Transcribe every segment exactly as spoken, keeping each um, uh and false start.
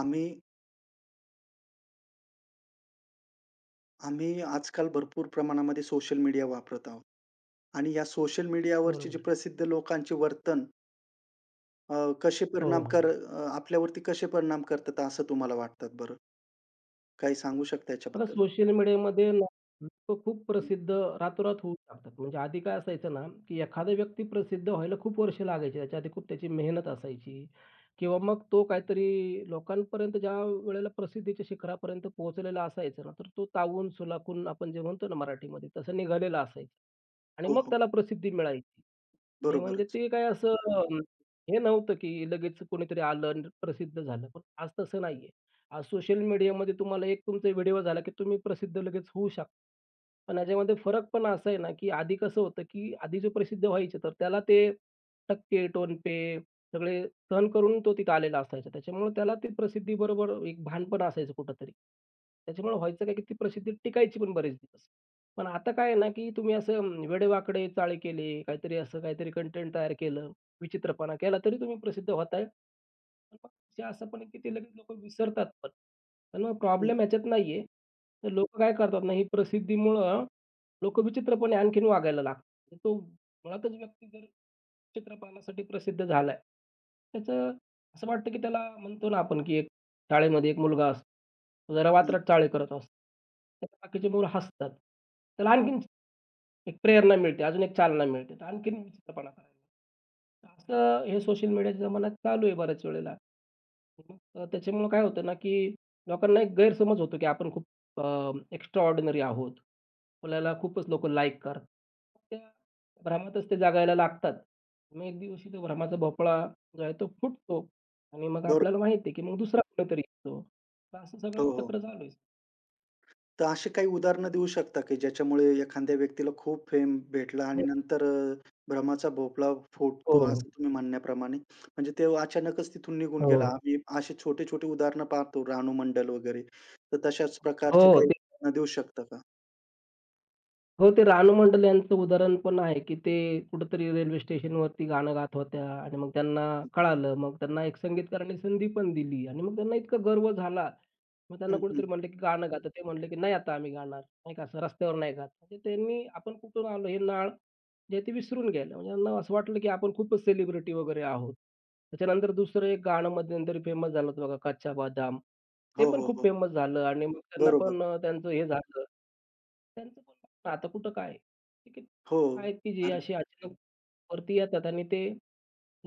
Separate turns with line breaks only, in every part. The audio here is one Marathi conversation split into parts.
आम्ही आम्ही आजकाल भरपूर प्रमाणामध्ये सोशल मीडिया वापरत आहोत. आणि या सोशल मीडियावरचे जे
बरोबर.
प्रसिद्ध लोकांचे वर्तन अ, कसे
हो,
परिणाम
हो.
कर अ, आपल्यावरती कसे परिणाम करतात असं तुम्हाला वाटतात बरं? काही सांगू शकता
आता
याच्याबद्दल?
सोशल मीडियामध्ये ना लोकं खूप प्रसिद्ध रातोरात होऊ शकतात. म्हणजे आधी काय असायचं ना, की एखादा व्यक्ती प्रसिद्ध व्हायला खूप वर्ष लागायची. त्याच्या आधी खूप त्याची मेहनत असायची किंवा मग तो काहीतरी लोकांपर्यंत ज्या वेळेला प्रसिद्धीच्या शिखरापर्यंत पोहोचलेला असायचा ना, तर तो तावून सुलाखून आपण जे म्हणतो ना मराठीमध्ये, तसं निघालेला असायचा आणि
हो,
मग
हो.
त्याला प्रसिद्धी मिळायची. आणि म्हणजे
बरोबरच.
ते काय असं अं, हे नव्हतं, की लगेच कोणीतरी आलं आणि प्रसिद्ध झालं. पण आज तसं नाहीये. आज सोशल मीडियामध्ये तुम्हाला एक तुमचा व्हिडिओ झाला, की तुम्ही प्रसिद्ध लगेच होऊ शकता. पण याच्यामध्ये फरक पण असा आहे ना, की आधी कसं होतं, की आधी जे प्रसिद्ध व्हायचे, तर त्याला ते टक्के, टोनपे सगळे सहन करून तो तिथं आलेला असायचा. त्याच्यामुळे त्याला ती प्रसिद्धीबरोबर एक भान पण असायचं कुठेतरी. त्याच्यामुळे व्हायचं काय, की ती प्रसिद्धी टिकायची पण बरेच दिवस. पण आता काय आहे ना, की तुम्ही असं अं, वेडेवाकडे चाळे केले, काहीतरी असं काहीतरी कंटेंट तयार केलं, विचित्रपणा केला, तरी तुम्ही प्रसिद्ध होताय. पण मग ते असं पण आहे, की ते लगेच लोकं विसरतात पण. पण मग
हं,
प्रॉब्लेम ह्याच्यात नाहीये. तर लोकं काय करतात ना, ही प्रसिद्धीमुळं लोकं विचित्रपणे आणखीन वागायला लागतात. तो मुळातच व्यक्ती जर चित्रपणासाठी प्रसिद्ध झालाय, त्याचं असं वाटतं की त्याला म्हणतो ना आपण, की एक शाळेमध्ये एक मुलगा असतो. तो जरा
हं.
वात्रट चाळे करत असतो. तर बाकीचे मुलं हसतात. त्याला आणखीन एक प्रेरणा मिळते, अजून एक चालना मिळते, तर आणखीन विचित्रपणा करायला. असं हे सोशल मीडियाच्या जमान्यात चालू आहे बऱ्याच वेळेला. तर त्याच्यामुळं काय होतं ना, की लोकांना एक गैरसमज होतो, की आपण खूप अ, एक्स्ट्राऑर्डिनरी आहोत. आपल्याला खूपच लोकं लाईक करतात. त्या भ्रमातच ते जगायला लागतात. मग एक दिवशी तो भ्रमाचा भोपळा जो आहे तो फुटतो आणि मग
बरोबर.
आपल्याला माहिती आहे, की मग दुसरा कोणीतरी येतो. तर असं
हो,
सगळं
हो.
चक्र चालू आहे.
तर अशी काही उदाहरणं देऊ शकता की ज्याच्यामुळे एखाद्या व्यक्तीला खूप फेम भेटला आणि
हो,
नंतर अ, भ्रमाचा भोपळा
हो,
फुटतो असं तुम्ही म्हणण्याप्रमाणे. म्हणजे ते अचानकच तिथून निघून
हो.
गेला. आम्ही अशी छोटे-छोटे उदाहरणं पाहतो रानू मंडल वगैरे. तर तशाच प्रकारचे काही
हो,
उदाहरणं देऊ शकता का?
हो, ते रानू मंडल यांचं उदाहरण पण आहे, की ते कुठेतरी रेल्वे स्टेशनवरती गाणं गात होत्या आणि मग त्यांना कळालं. मग त्यांना एक संगीतकाराने संधी पण दिली आणि मग त्यांना इतका गर्व झाला. मग त्यांना
हं, हं.
कुठेतरी म्हटलं, की गाणं गा. ते म्हटले, की "नाही आता आम्ही गाणार." नाही का, असं रस्त्यावर नाही गात. म्हणजे त्यांनी आपण कुठून आलो हे नाळ जे आहे ते विसरून गेले. म्हणजे त्यांना असं वाटलं, की आपण खूपच सेलिब्रिटी वगैरे आहोत. त्याच्यानंतर दुसरं एक गाणं मध्यंतरी फेमस झालं होतं बघा, "कच्चा बदाम." ते
हो,
पण
हो,
खूप
हो.
फेमस झालं आणि मग त्यांना
बरोबर.
पण अ, त्यांचं हे झालं. त्यांचं पण बघा ना, आता कुठं काय? ठीक आहे.
हो.
आहेत की जे
अरे,
असे अचानक वरती येतात आणि ते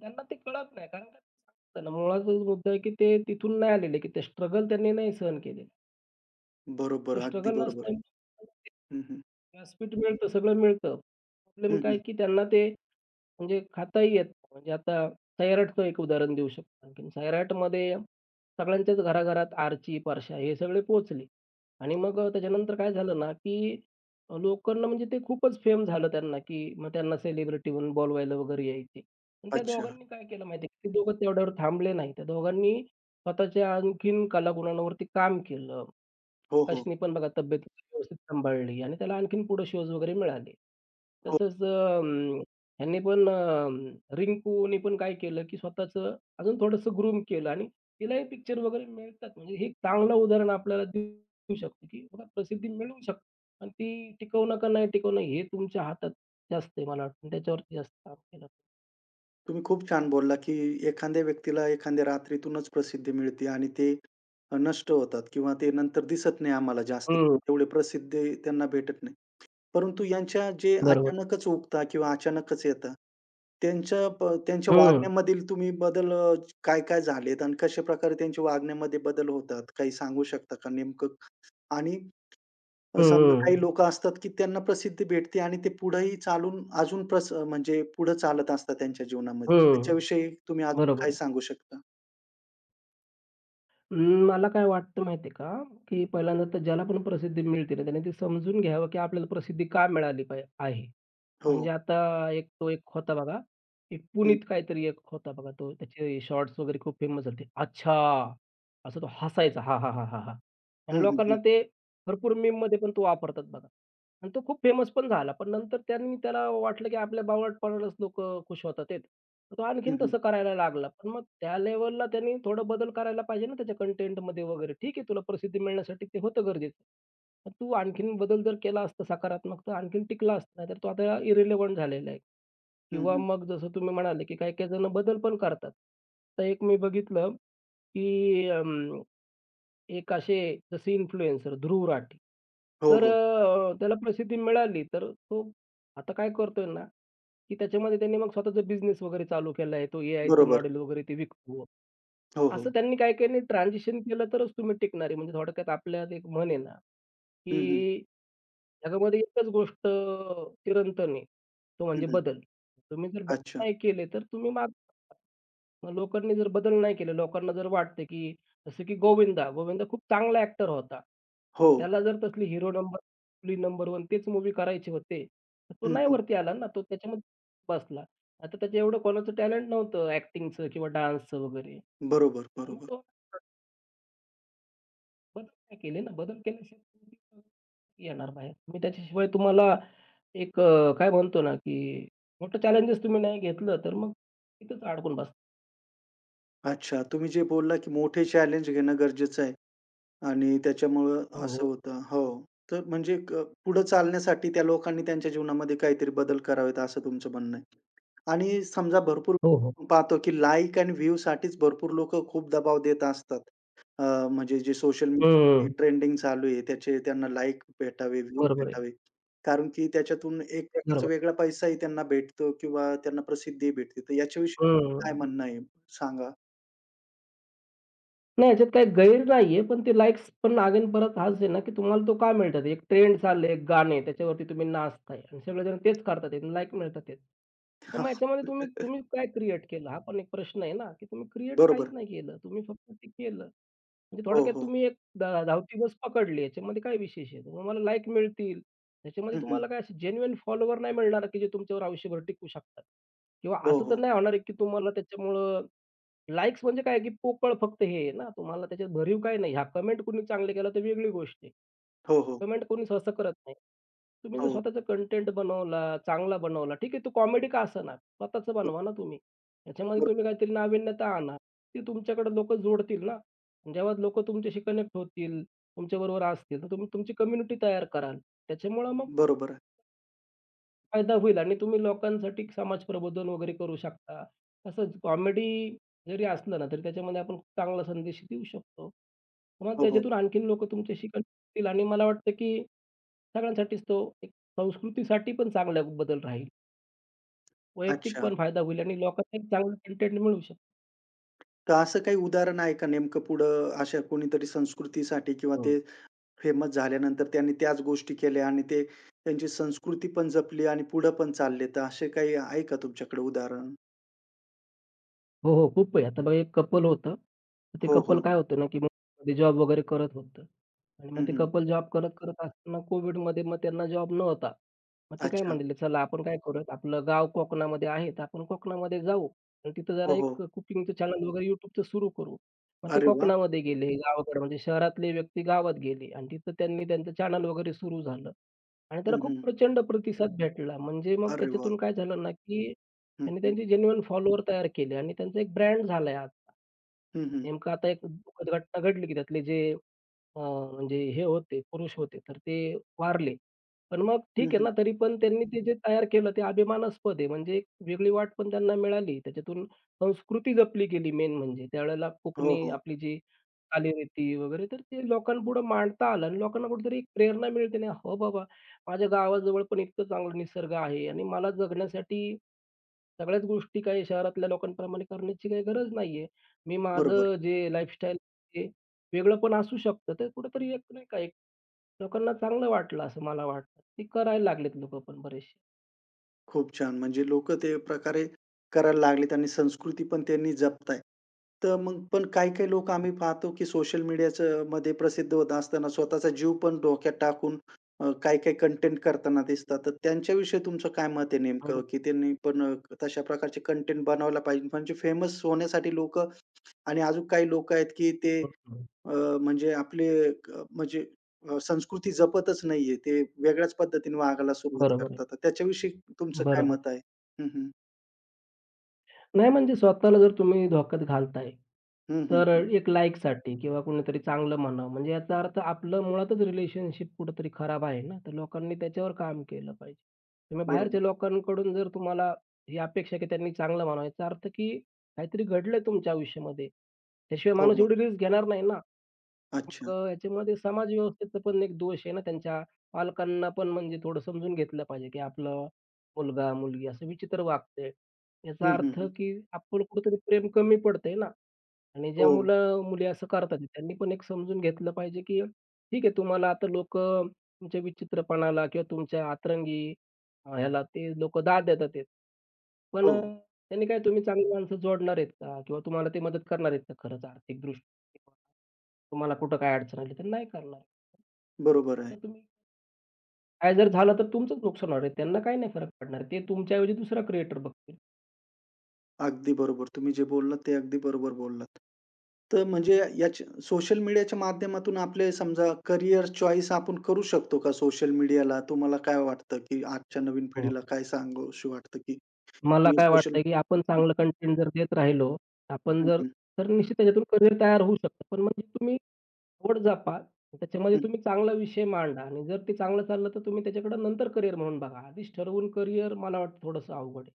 त्यांना ते कळत नाही. कारण काय असतं ना, मुळाचाच मुद्दा आहे की ते तिथून नाही आलेले, की ते स्ट्रगल त्यांनी नाही सहन केलेला. तो
बरोबर. अगदी
स्ट्रगल
बरोबर.
नसल्यामुळे
हं, हं.
व्यासपीठ मिळतं, सगळं मिळतं.
हं,
प्रॉब्लेम काय
हं.
की त्यांना ते म्हणजे खाताही येत नाही. म्हणजे आता सैराटचं एक उदाहरण देऊ शकतो आणखीन. सैराटमध्ये सगळ्यांच्याच घराघरात आरची, परश्या हे सगळे पोहोचले आणि मग अ, त्याच्यानंतर काय झालं ना, की अ, लोकांना म्हणजे ते खूपच फेम झालं त्यांना, की मग त्यांना सेलिब्रिटी म्हणून बोलवायला वगैरे यायचे. पण त्या
अच्छा.
दोघांनी काय केलं माहिती आहे का, ते दोघं तेवढ्यावर थांबले नाही. त्या दोघांनी स्वतःच्या आणखीन कलागुणांवरती काम केलं.
हो, हो.
अशनी पण बघा तब्येत व्यवस्थित सांभाळली आणि त्याला आणखीन पुढे शोज वगैरे मिळाले.
हो.
तसंच अं, ह्यांनी पण अ, रिंकूनी पण काय केलं, की स्वतःचं अजून थोडंसं ग्रूम केलं आणि तिलाही पिक्चर वगैरे मिळतात. म्हणजे हे एक चांगलं उदाहरण आपल्याला देऊ शकतं, की बघा प्रसिद्धी मिळवू शकते. पण ती टिकवणं का नाही टिकवणं हे तुमच्या हातात जास्त आहे मला वाटतं. त्याच्यावरती जास्त काम केलं.
तुम्ही खूप छान बोलला, की एखाद्या व्यक्तीला एखाद्या रात्रीतूनच प्रसिद्धी मिळते आणि ते अ, नष्ट होतात किंवा ते नंतर दिसत नाही आम्हाला जास्त
हं,
किंवा तेवढी प्रसिद्धी त्यांना भेटत नाही. परंतु यांच्या जे
बरोबर.
अचानकच उगता किंवा अचानकच येतात, त्यांच्या प त्यांच्या
हं,
वागण्यामधील तुम्ही बदल अ, काय-काय झालेत आणि कशाप्रकारे त्यांच्या वागण्यामध्ये बदल होतात? काही सांगू शकता का नेमकं? आणि
हं,
समजा काही
हं,
लोकं असतात, की त्यांना प्रसिद्धी भेटते आणि ते पुढेही चालून अजून प्रस म्हणजे पुढे चालत असतात त्यांच्या जीवनामध्ये.
हं.
त्याच्याविषयी तुम्ही अजून
बरोबर
काय
आहे.
सांगू शकता?
अं, मला काय वाटतं माहिती आहे का, की पहिल्यांदा तर ज्याला पण प्रसिद्धी मिळते ना, त्याने ते समजून घ्यावं, की आपल्याला प्रसिद्धी का मिळाली पाहि आहे.
हो.
म्हणजे आता एक तो एक होता बघा, एक
हं.
पुनीत काहीतरी एक होता बघा, तो त्याचे शॉर्ट्स वगैरे खूप फेमस झाले. "अच्छा!" असं तो हसायचा. हां, हां, हां, हां, हां.
हं,
आणि
हं,
लोकांना
हं.
ते भरपूर मीममध्ये पण तो वापरतात बघा. आणि तो खूप फेमस पण झाला. पण नंतर त्यांनी त्याला वाटलं, की आपल्या बावळटपणालाच लोकं खुश होतात तो
हं,
आणखीन
हं.
तसं करायला लागला. पण मग त्या लेव्हलला त्यांनी थोडा बदल करायला पाहिजे ना त्याच्या कंटेंटमध्ये वगैरे. ठीक आहे तुला प्रसिद्धी मिळण्यासाठी ते होतं गरजेचं. पण तू आणखीन बदल जर केला असता सकारात्मक तर आणखीन टिकला असता. नाहीतर तो आता इरिलेव्हंट झालेला आहे.
हं,
किंवा
हं.
मग जसं तुम्ही म्हणाले, की काही-काही जण बदल पण करतात. तर एक मी बघितलं, की एक असे जसे इन्फ्लुएन्सर ध्रुव राठी.
हो,
तर
हो.
अ, त्याला प्रसिद्धी मिळाली. तर तो आता काय करतोय ना, की त्याच्यामध्ये त्यांनी मग स्वतःचा बिझनेस वगैरे चालू केला आहे. तो एआयचं
बरोबर.
मॉडेल वगैरे ते विकतो.
हो, हो.
असं त्यांनी काही काही नाही ट्रान्झिशन केलं तरच तुम्ही टिकणार आहे. म्हणजे थोडक्यात आपल्यात एक म्हण आहे ना,
हं, हं.
की जगामध्ये एकच गोष्ट चिरंतन आहे. तो
हं,
म्हणजे
हं.
बदल. तुम्ही जर बदल
अच्छा.
नाही केले, तर तुम्ही मागे. मग लोकांनी जर बदल नाही केले, लोकांना जर वाटते की जसं की गोविंदा. गोविंदा खूप चांगला ॲक्टर होता.
हो.
पण त्याला जर तसली हिरो नंबर आपली नंबर वन तेच मूव्ही करायचे होते. तर तो
हं,
नाही
हं.
वरती आला ना, तो त्याच्यामध्ये बसला. आता त्याचं एवढं कोणाचं टॅलेंट नव्हतं ॲक्टिंगचं किंवा डान्सचं वगैरे.
बरोबर,
पण मग
बरोबर.
तो बदल नाही केले ना, बदल केल्याशिवाय तुम्ही येणार बाहेर. मी त्याच्याशिवाय तुम्हाला एक अ, काय म्हणतो ना, की मोठं चॅलेंजेस तुम्ही नाही घेतलं, तर मग तिथेच अडकून बसता.
अच्छा. तुम्ही जे बोलला, की मोठे चॅलेंज घेणं गरजेचं आहे. आणि त्याच्यामुळं
हो,
असं
हो.
होतं. हो. तर म्हणजे क पुढे चालण्यासाठी त्या लोकांनी त्यांच्या जीवनामध्ये काहीतरी बदल करावेत, असं तुमचं म्हणणं आहे. आणि समजा भरपूर
हो, हो.
पाहतो, की लाइक आणि व्ह्यूसाठीच भरपूर लोक खूप दबाव देत असतात. अ, म्हणजे जे सोशल
हं,
मीडियावरती ट्रेंडिंग चालू आहे, त्याचे त्यांना लाइक भेटावे, व्ह्यू
बरोबर आहे.
भेटावे. कारण की त्याच्यातून एक प्रकारचा
बरोबर.
वेगळा पैसाही त्यांना भेटतो किंवा त्यांना प्रसिद्धीही भेटते. तर याच्याविषयी काय
हं.
म्हणणं आहे? सांगा.
नाही ह्याच्यात काही गैर नाहीये, पण ते लाइक्स पण अगेन परत हाच आहे ना, की तुम्हाला तो काय मिळतात? एक ट्रेंड चाललंय, एक गाणं आहे, त्याच्यावरती तुम्ही नाचताय आणि सगळेजण तेच करतात आहेत आणि लाइक मिळतात आहेत. तर मग ह्याच्यामध्ये तुम्ही तुम्ही काय क्रिएट केलं? हा पण एक प्रश्न आहे ना, की तुम्ही क्रिएट काहीच
बरोबर.
नाही केलं. तुम्ही फक्त ते केलं. म्हणजे
हो,
थोडक्यात
हो.
तुम्ही एक धा धावती बस पकडली. याच्यामध्ये काय विशेष आहे? तुम्हाला लाइक मिळतील. त्याच्यामध्ये
हं, हं.
तुम्हाला काय असे जेन्युइन फॉलोवर नाही मिळणार, की जे तुमच्यावर आयुष्यभर टिकू शकतात किंवा
हो,
असं
हो.
तर नाही होणार आहे, की तुम्हाला त्याच्यामुळं लाइक्स म्हणजे काय की पोकळ फक्त हे आहे ना, तुम्हाला त्याच्यात भरीव काही नाही. ह्या कमेंट कुणी चांगले केलं तर वेगळी गोष्ट आहे.
हो, हो.
कमेंट कोणी सहसा करत नाही. तुम्ही जर
हो,
स्वतःचा कंटेंट बनवला, चांगला बनवला, ठीक आहे तो कॉमेडी का असेना, स्वतःचं
हो.
बनवा ना तुम्ही. त्याच्यामध्ये
बरो
तुम्ही काहीतरी नाविन्यता आणा. ते तुमच्याकडे लोकं जोडतील ना. जेव्हा लोकं तुमच्याशी कनेक्ट होतील, तुमच्याबरोबर असतील, तर तुम्ही तुमची कम्युनिटी तयार कराल. त्याच्यामुळं मग तुम्हाला
बरोबर आहे.
फायदा होईल आणि तुम्ही लोकांसाठी समाज प्रबोधन वगैरे करू शकता. तसंच कॉमेडी जरी असलं ना, तरी त्याच्यामध्ये आपण चांगला संदेश देऊ शकतो. मग
हो, हो.
त्याच्यातून आणखीन लोकं तुमच्याशी कनेक्ट आणि मला वाटतं, की सगळ्यांसाठीच तो एक संस्कृतीसाठी पण चांगला बदल राहील. वैयक्तिक
अच्छा.
पण फायदा होईल आणि लोकांना एक चांगलं कंटेंट मिळू शकतो.
तर असं काही उदाहरण आहे का नेमकं पुढं अशा कोणीतरी संस्कृतीसाठी किंवा
हो.
ते फेमस झाल्यानंतर त्यांनी त्याच गोष्टी केल्या आणि ते त्यांची संस्कृती पण जपली आणि पुढं पण चालले. तर असे काही आहे का तुमच्याकडे उदाहरण?
हो, हो. खूप आहे. आता बघा एक कपल होतं. तर ते
हो,
कपल
हो.
काय होतं ना, की मग ते जॉब वगैरे करत होतं. आणि
हं,
मग ते
हं.
कपल जॉब करत, करत असताना कोविडमध्ये मग त्यांना जॉब नव्हता. मग ते काय
अच्छा.
म्हणाले, "चला आपण काय करूयात, आपलं गाव कोकणामध्ये आहे, तर आपण कोकणामध्ये जाऊ आणि तिथं जरा
हो, हो.
एक कुकिंगचं चॅनल वगैरे YouTubeचं सुरू करू." मग ते
अरे वाह!
कोकणामध्ये गेले, गावाकडे म्हणजे शहरातले व्यक्ती गावात गेले आणि तिथं त्यांनी त्यांचं चॅनल वगैरे सुरू झालं आणि त्याला
हं,
खूप
हं.
प्रचंड प्रतिसाद भेटला. म्हणजे मग
अरे वाह!
त्याच्यातून काय झालं ना, की
हं,
त्यांनी
हं.
त्यांचे जेन्युइन फॉलोवर तयार केले आणि त्यांचा एक ब्रँड झालाय आता.
हं, हं.
नेमकं आता एक दुःखद घटना घडली, की त्यातले जे अ, म्हणजे हे होते, पुरुष होते, तर ते वारले. पण मग
हं,
ठीक आहे
हं.
ना, तरी पण त्यांनी ते जे तयार केलं ते अभिमानास्पद आहे. म्हणजे एक वेगळी वाट पण त्यांना मिळाली. त्याच्यातून संस्कृती जपली गेली मेन म्हणजे. त्यावेळेला
हो,
कोकणी
हो.
आपली जी चालीरीती वगैरे, तर ते लोकांपुढं मांडता आलं आणि लोकांना कुठेतरी एक प्रेरणा मिळते ना, "हो बाबा, माझ्या गावाजवळ पण इतकं चांगलं निसर्ग आहे आणि मला जगण्यासाठी सगळ्याच गोष्टी काही शहरातल्या लोकांप्रमाणे करण्याची काही गरज नाहीये. मी
बरोबर.
माझं जे लाईफस्टाईल वेगळं पण असू शकतं. ते कुठेतरी एक नाही का एक लोकांना चांगलं वाटलं असं मला वाटतं. ते करायला लागलेत लोकं पण बरेचसे.
खूप छान. म्हणजे लोक ते प्रकारे करायला लागलेत आणि संस्कृती पण त्यांनी जपत आहेत. तर मग पण काही-काही लोकं आम्ही पाहतो, की सोशल मीडियाचं मध्ये प्रसिद्ध होत असताना स्वतःचा जीव पण डोक्यात टाकून अ, काही-काही कंटेंट करताना दिसतात. तर त्यांच्याविषयी तुमचं काय मत आहे नेमकं,
हं,
की त्यांनी पण अ, तशा प्रकारचे कंटेंट बनवायला पाहिजे? म्हणजे फेमस होण्यासाठी लोकं आणि अजून काही लोकं आहेत की ते
हं, हं.
अ, म्हणजे आपले अ, म्हणजे अ, संस्कृती जपतच नाहीये. ते वेगळ्याच पद्धतीने वागायला सुरुवात
बरोबर आहे.
करतात. तर त्याच्याविषयी तुमचं काय
बरोबर
मत
आहे.
आहे? हं, हं.
नाही म्हणजे स्वतःला जर तुम्ही धोक्यात घालताय,
हं, हं,
तर अ,
हं.
एक लाईकसाठी किंवा कोणीतरी चांगलं म्हणावं म्हणजे याचा अर्थ आपलं मुळातच रिलेशनशिप कुठेतरी खराब आहे ना, तर लोकांनी त्याच्यावर काम केलं पाहिजे. तुम्ही
बरोबर.
बाहेरच्या लोकांकडून जर तुम्हाला ही अपेक्षा की त्यांनी चांगलं म्हणावं याचा अर्थ की काहीतरी घडलंय तुमच्या आयुष्यामध्ये. त्याशिवाय
हो,
माणूस
हो.
एवढी रिस्क घेणार नाही ना.
अच्छा.
मग याच्यामध्ये समाज व्यवस्थेचा पण एक दोष आहे ना, त्यांच्या पालकांना पण म्हणजे थोडं समजून घेतलं पाहिजे, की आपला मुलगा, मुलगी असं विचित्र वागतंय.
हं,
याचा
हं,
अर्थ,
हं.
की आपण कुठेतरी प्रेम कमी पडतंय ना. आणि ज्या
हो,
मुलं-मुली असं करतात आहे, त्यांनी पण एक समजून घेतलं पाहिजे, की ठीक आहे तुम्हाला आता लोकं तुमच्या विचित्रपणाला किंवा तुमच्या अतरंगी अ, ह्याला ते लोकं दाद देतात आहेत. पण अ,
हो.
त्यांनी काय तुम्ही चांगली माणसं जोडणार आहेत का? किंवा तुम्हाला ते मदत करणार आहेत का खरंच आर्थिकदृष्ट्या? तुम्हाला कुठं काय अडचण आली तर नाही करणार.
बरोबर आहे.
असं तुम्ही काय जर झालं तर तुमचंच नुकसान होणार आहे. त्यांना काही नाही फरक पडणार. ते तुमच्याऐवजी दुसरा क्रिएटर बघतील.
अगदी बरोबर. तुम्ही जे बोललात ते अगदी बरोबर बोललात. तर म्हणजे याच्या सोशल मीडियाच्या माध्यमातून आपले समजा करियर चॉईस आपण करू शकतो का सोशल मीडियाला? तुम्हाला काय वाटतं की आजच्या नवीन
हो.
पिढीला काय सांगूशी वाटतं की
मला
तुम्ही
काय
सोशल
वाटतंय, की आपण चांगलं कंटेंट जर देत राहिलो, आपण
हं,
जर
हं,
तर निश्चित त्याच्यातून करियर तयार होऊ शकतं. पण म्हणजे तुम्ही आवड जपा. त्याच्यामध्ये
हं.
तुम्ही चांगला विषय मांडा आणि जर ते चांगलं चाललं, तर तुम्ही त्याच्याकडे नंतर करियर म्हणून बघा. आधीच ठरवून करियर मला वाटतं थोडंसं अवघड आहे.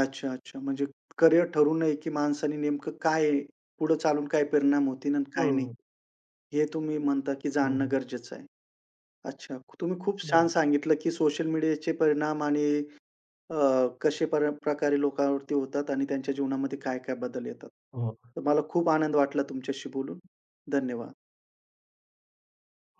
अच्छा, अच्छा. म्हणजे करिअर ठरवू नये, की माणसाने नेमकं काय आहे, पुढे चालून काय परिणाम होतील आणि काय नाही,
हं.
हे तुम्ही म्हणता, की
हो,
जाणणं
हो.
गरजेचं आहे. अच्छा. तुम्ही खूप छान
बरोबर.
सांगितलं, की सोशल मीडियाचे परिणाम आणि अ, कसे पर प्रकारे लोकांवरती होतात आणि त्यांच्या जीवनामध्ये काय-काय बदल येतात.
हो.
तर मला खूप आनंद वाटला तुमच्याशी बोलून. धन्यवाद.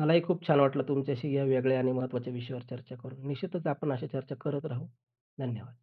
मलाही खूप छान वाटलं तुमच्याशी या वेगळ्या आणि महत्त्वाच्या विषयावर चर्चा करून. निश्चितच आपण अशा चर्चा करत राहू. धन्यवाद.